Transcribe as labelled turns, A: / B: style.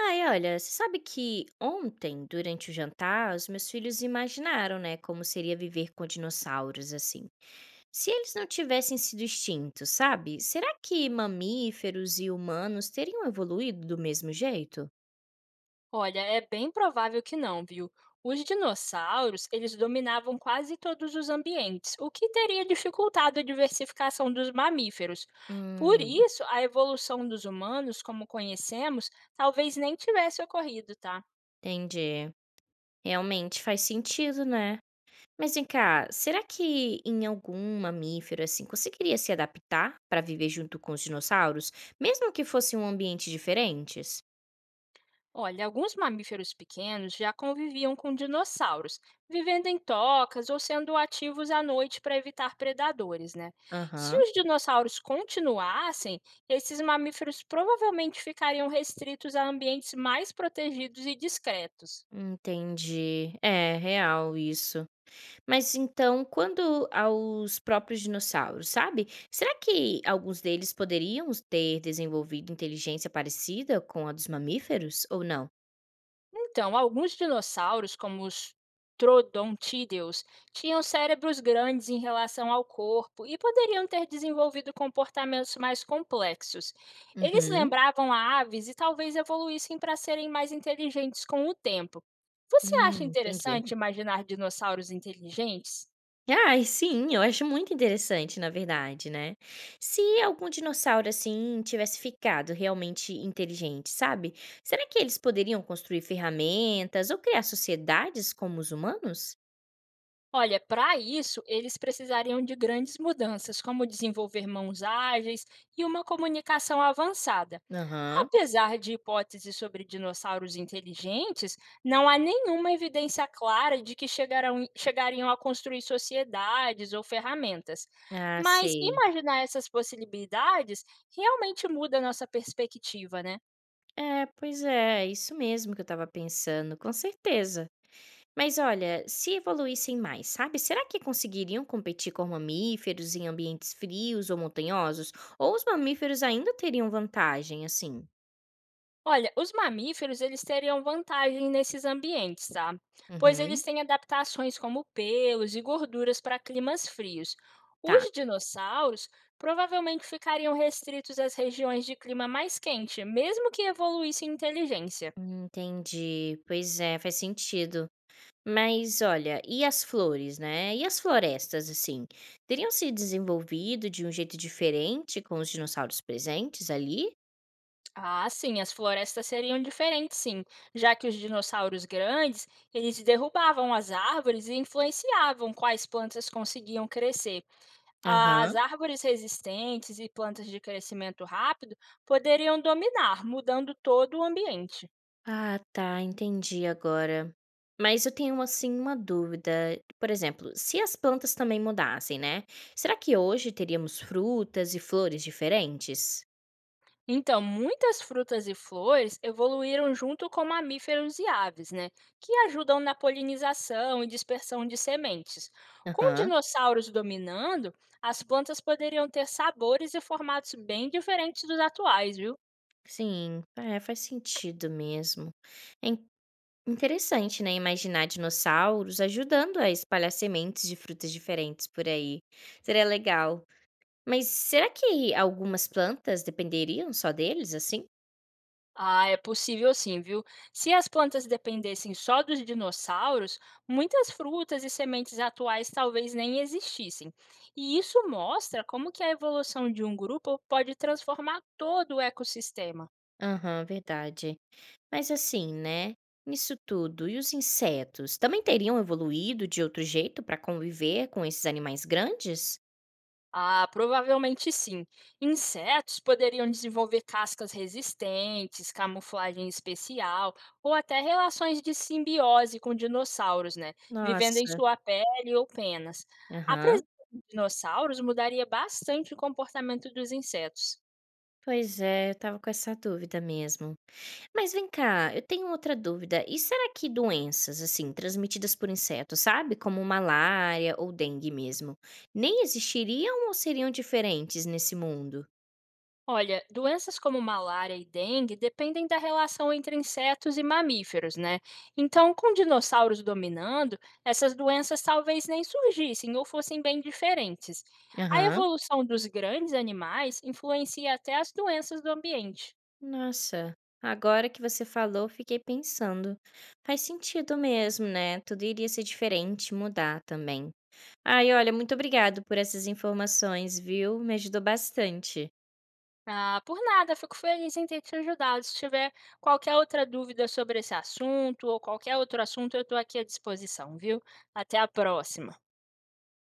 A: Ai, olha, você sabe que ontem, durante o jantar, os meus filhos imaginaram, né, como seria viver com dinossauros assim. Se eles não tivessem sido extintos, sabe? Será que mamíferos e humanos teriam evoluído do mesmo jeito?
B: Olha, é bem provável que não, viu? Os dinossauros, eles dominavam quase todos os ambientes, o que teria dificultado a diversificação dos mamíferos. Por
A: Hum,
B: isso, a evolução dos humanos, como conhecemos, talvez nem tivesse ocorrido, tá?
A: entendi. Realmente faz sentido, né? Mas vem cá, será que em algum mamífero assim conseguiria se adaptar para viver junto com os dinossauros, mesmo que fosse um ambiente diferentes?
B: Olha, alguns mamíferos pequenos já conviviam com dinossauros, vivendo em tocas ou sendo ativos à noite para evitar predadores, né? Se
A: Aham.
B: os dinossauros continuassem, esses mamíferos provavelmente ficariam restritos a ambientes mais protegidos e discretos.
A: Entendi. É, real isso. Mas então, quando aos próprios dinossauros, sabe? Será que alguns deles poderiam ter desenvolvido inteligência parecida com a dos mamíferos ou não?
B: Então, alguns dinossauros, como os troodontídeos, tinham cérebros grandes em relação ao corpo e poderiam ter desenvolvido comportamentos mais complexos. Eles
A: Uhum.
B: lembravam a aves e talvez evoluíssem para serem mais inteligentes com o tempo. Você acha
A: Entendi.
B: interessante imaginar dinossauros inteligentes?
A: Ai, sim, eu acho muito interessante, na verdade, né? Se algum dinossauro assim tivesse ficado realmente inteligente, sabe? Será que eles poderiam construir ferramentas ou criar sociedades como os humanos?
B: Olha, para isso, eles precisariam de grandes mudanças, como desenvolver mãos ágeis e uma comunicação avançada.
A: Aham.
B: Apesar de hipóteses sobre dinossauros inteligentes, não há nenhuma evidência clara de que chegariam a construir sociedades ou ferramentas.
A: Ah,
B: Mas
A: sei.
B: imaginar essas possibilidades realmente muda a nossa perspectiva, né?
A: É, pois é, é isso mesmo que eu estava pensando, com certeza. Mas olha, se evoluíssem mais, sabe? Será que conseguiriam competir com mamíferos em ambientes frios ou montanhosos? Ou os mamíferos ainda teriam vantagem, assim?
B: Olha, os mamíferos eles teriam vantagem nesses ambientes, tá? Pois eles
A: Uhum,
B: têm adaptações como pelos e gorduras para climas frios.
A: tá.
B: Os dinossauros provavelmente ficariam restritos às regiões de clima mais quente, mesmo que evoluíssem inteligência.
A: Entendi. Pois é, faz sentido. Mas olha, e as flores, né? E as florestas, assim? Teriam se desenvolvido de um jeito diferente com os dinossauros presentes ali?
B: Ah, sim, as florestas seriam diferentes, sim, já que os dinossauros grandes, eles derrubavam as árvores e influenciavam quais plantas conseguiam crescer.
A: Aham.
B: As árvores resistentes e plantas de crescimento rápido poderiam dominar, mudando todo o ambiente.
A: Ah, tá, entendi agora. Mas eu tenho assim uma dúvida. Por exemplo, se as plantas também mudassem, né? Será que hoje teríamos frutas e flores diferentes?
B: Então, muitas frutas e flores evoluíram junto com mamíferos e aves, né? Que ajudam na polinização e dispersão de sementes. Com
A: Aham.
B: dinossauros dominando, as plantas poderiam ter sabores e formatos bem diferentes dos atuais, viu?
A: Sim, é, faz sentido mesmo. É in- Interessante, né? Imaginar dinossauros ajudando a espalhar sementes de frutas diferentes por aí. Seria legal. Mas será que algumas plantas dependeriam só deles, assim?
B: Ah, é possível sim, viu? Se as plantas dependessem só dos dinossauros, muitas frutas e sementes atuais talvez nem existissem. E isso mostra como que a evolução de um grupo pode transformar todo o ecossistema.
A: Aham, verdade. Mas assim, né, nisso tudo, e os insetos? Também teriam evoluído de outro jeito para conviver com esses animais grandes?
B: Ah, provavelmente sim. Insetos poderiam desenvolver cascas resistentes, camuflagem especial ou até relações de simbiose com dinossauros, né? Vivendo em
A: Nossa,
B: sua pele ou penas. A presença
A: aham.
B: de dinossauros mudaria bastante o comportamento dos insetos.
A: Pois é, eu tava com essa dúvida mesmo. Mas vem cá, eu tenho outra dúvida. E será que doenças, assim, transmitidas por insetos, sabe? Como malária ou dengue mesmo, nem existiriam ou seriam diferentes nesse mundo?
B: Olha, doenças como malária e dengue dependem da relação entre insetos e mamíferos, né? Então, com dinossauros dominando, essas doenças talvez nem surgissem ou fossem bem diferentes. A
A: Aham.
B: evolução dos grandes animais influencia até as doenças do ambiente.
A: Nossa, agora que você falou, fiquei pensando. Faz sentido mesmo, né? Tudo iria ser diferente, mudar também. Ai, olha, muito obrigado por essas informações, viu? Me ajudou bastante.
B: Ah, por nada, fico feliz em ter te ajudado. Se tiver qualquer outra dúvida sobre esse assunto ou qualquer outro assunto, eu estou aqui à disposição, viu? Até a próxima.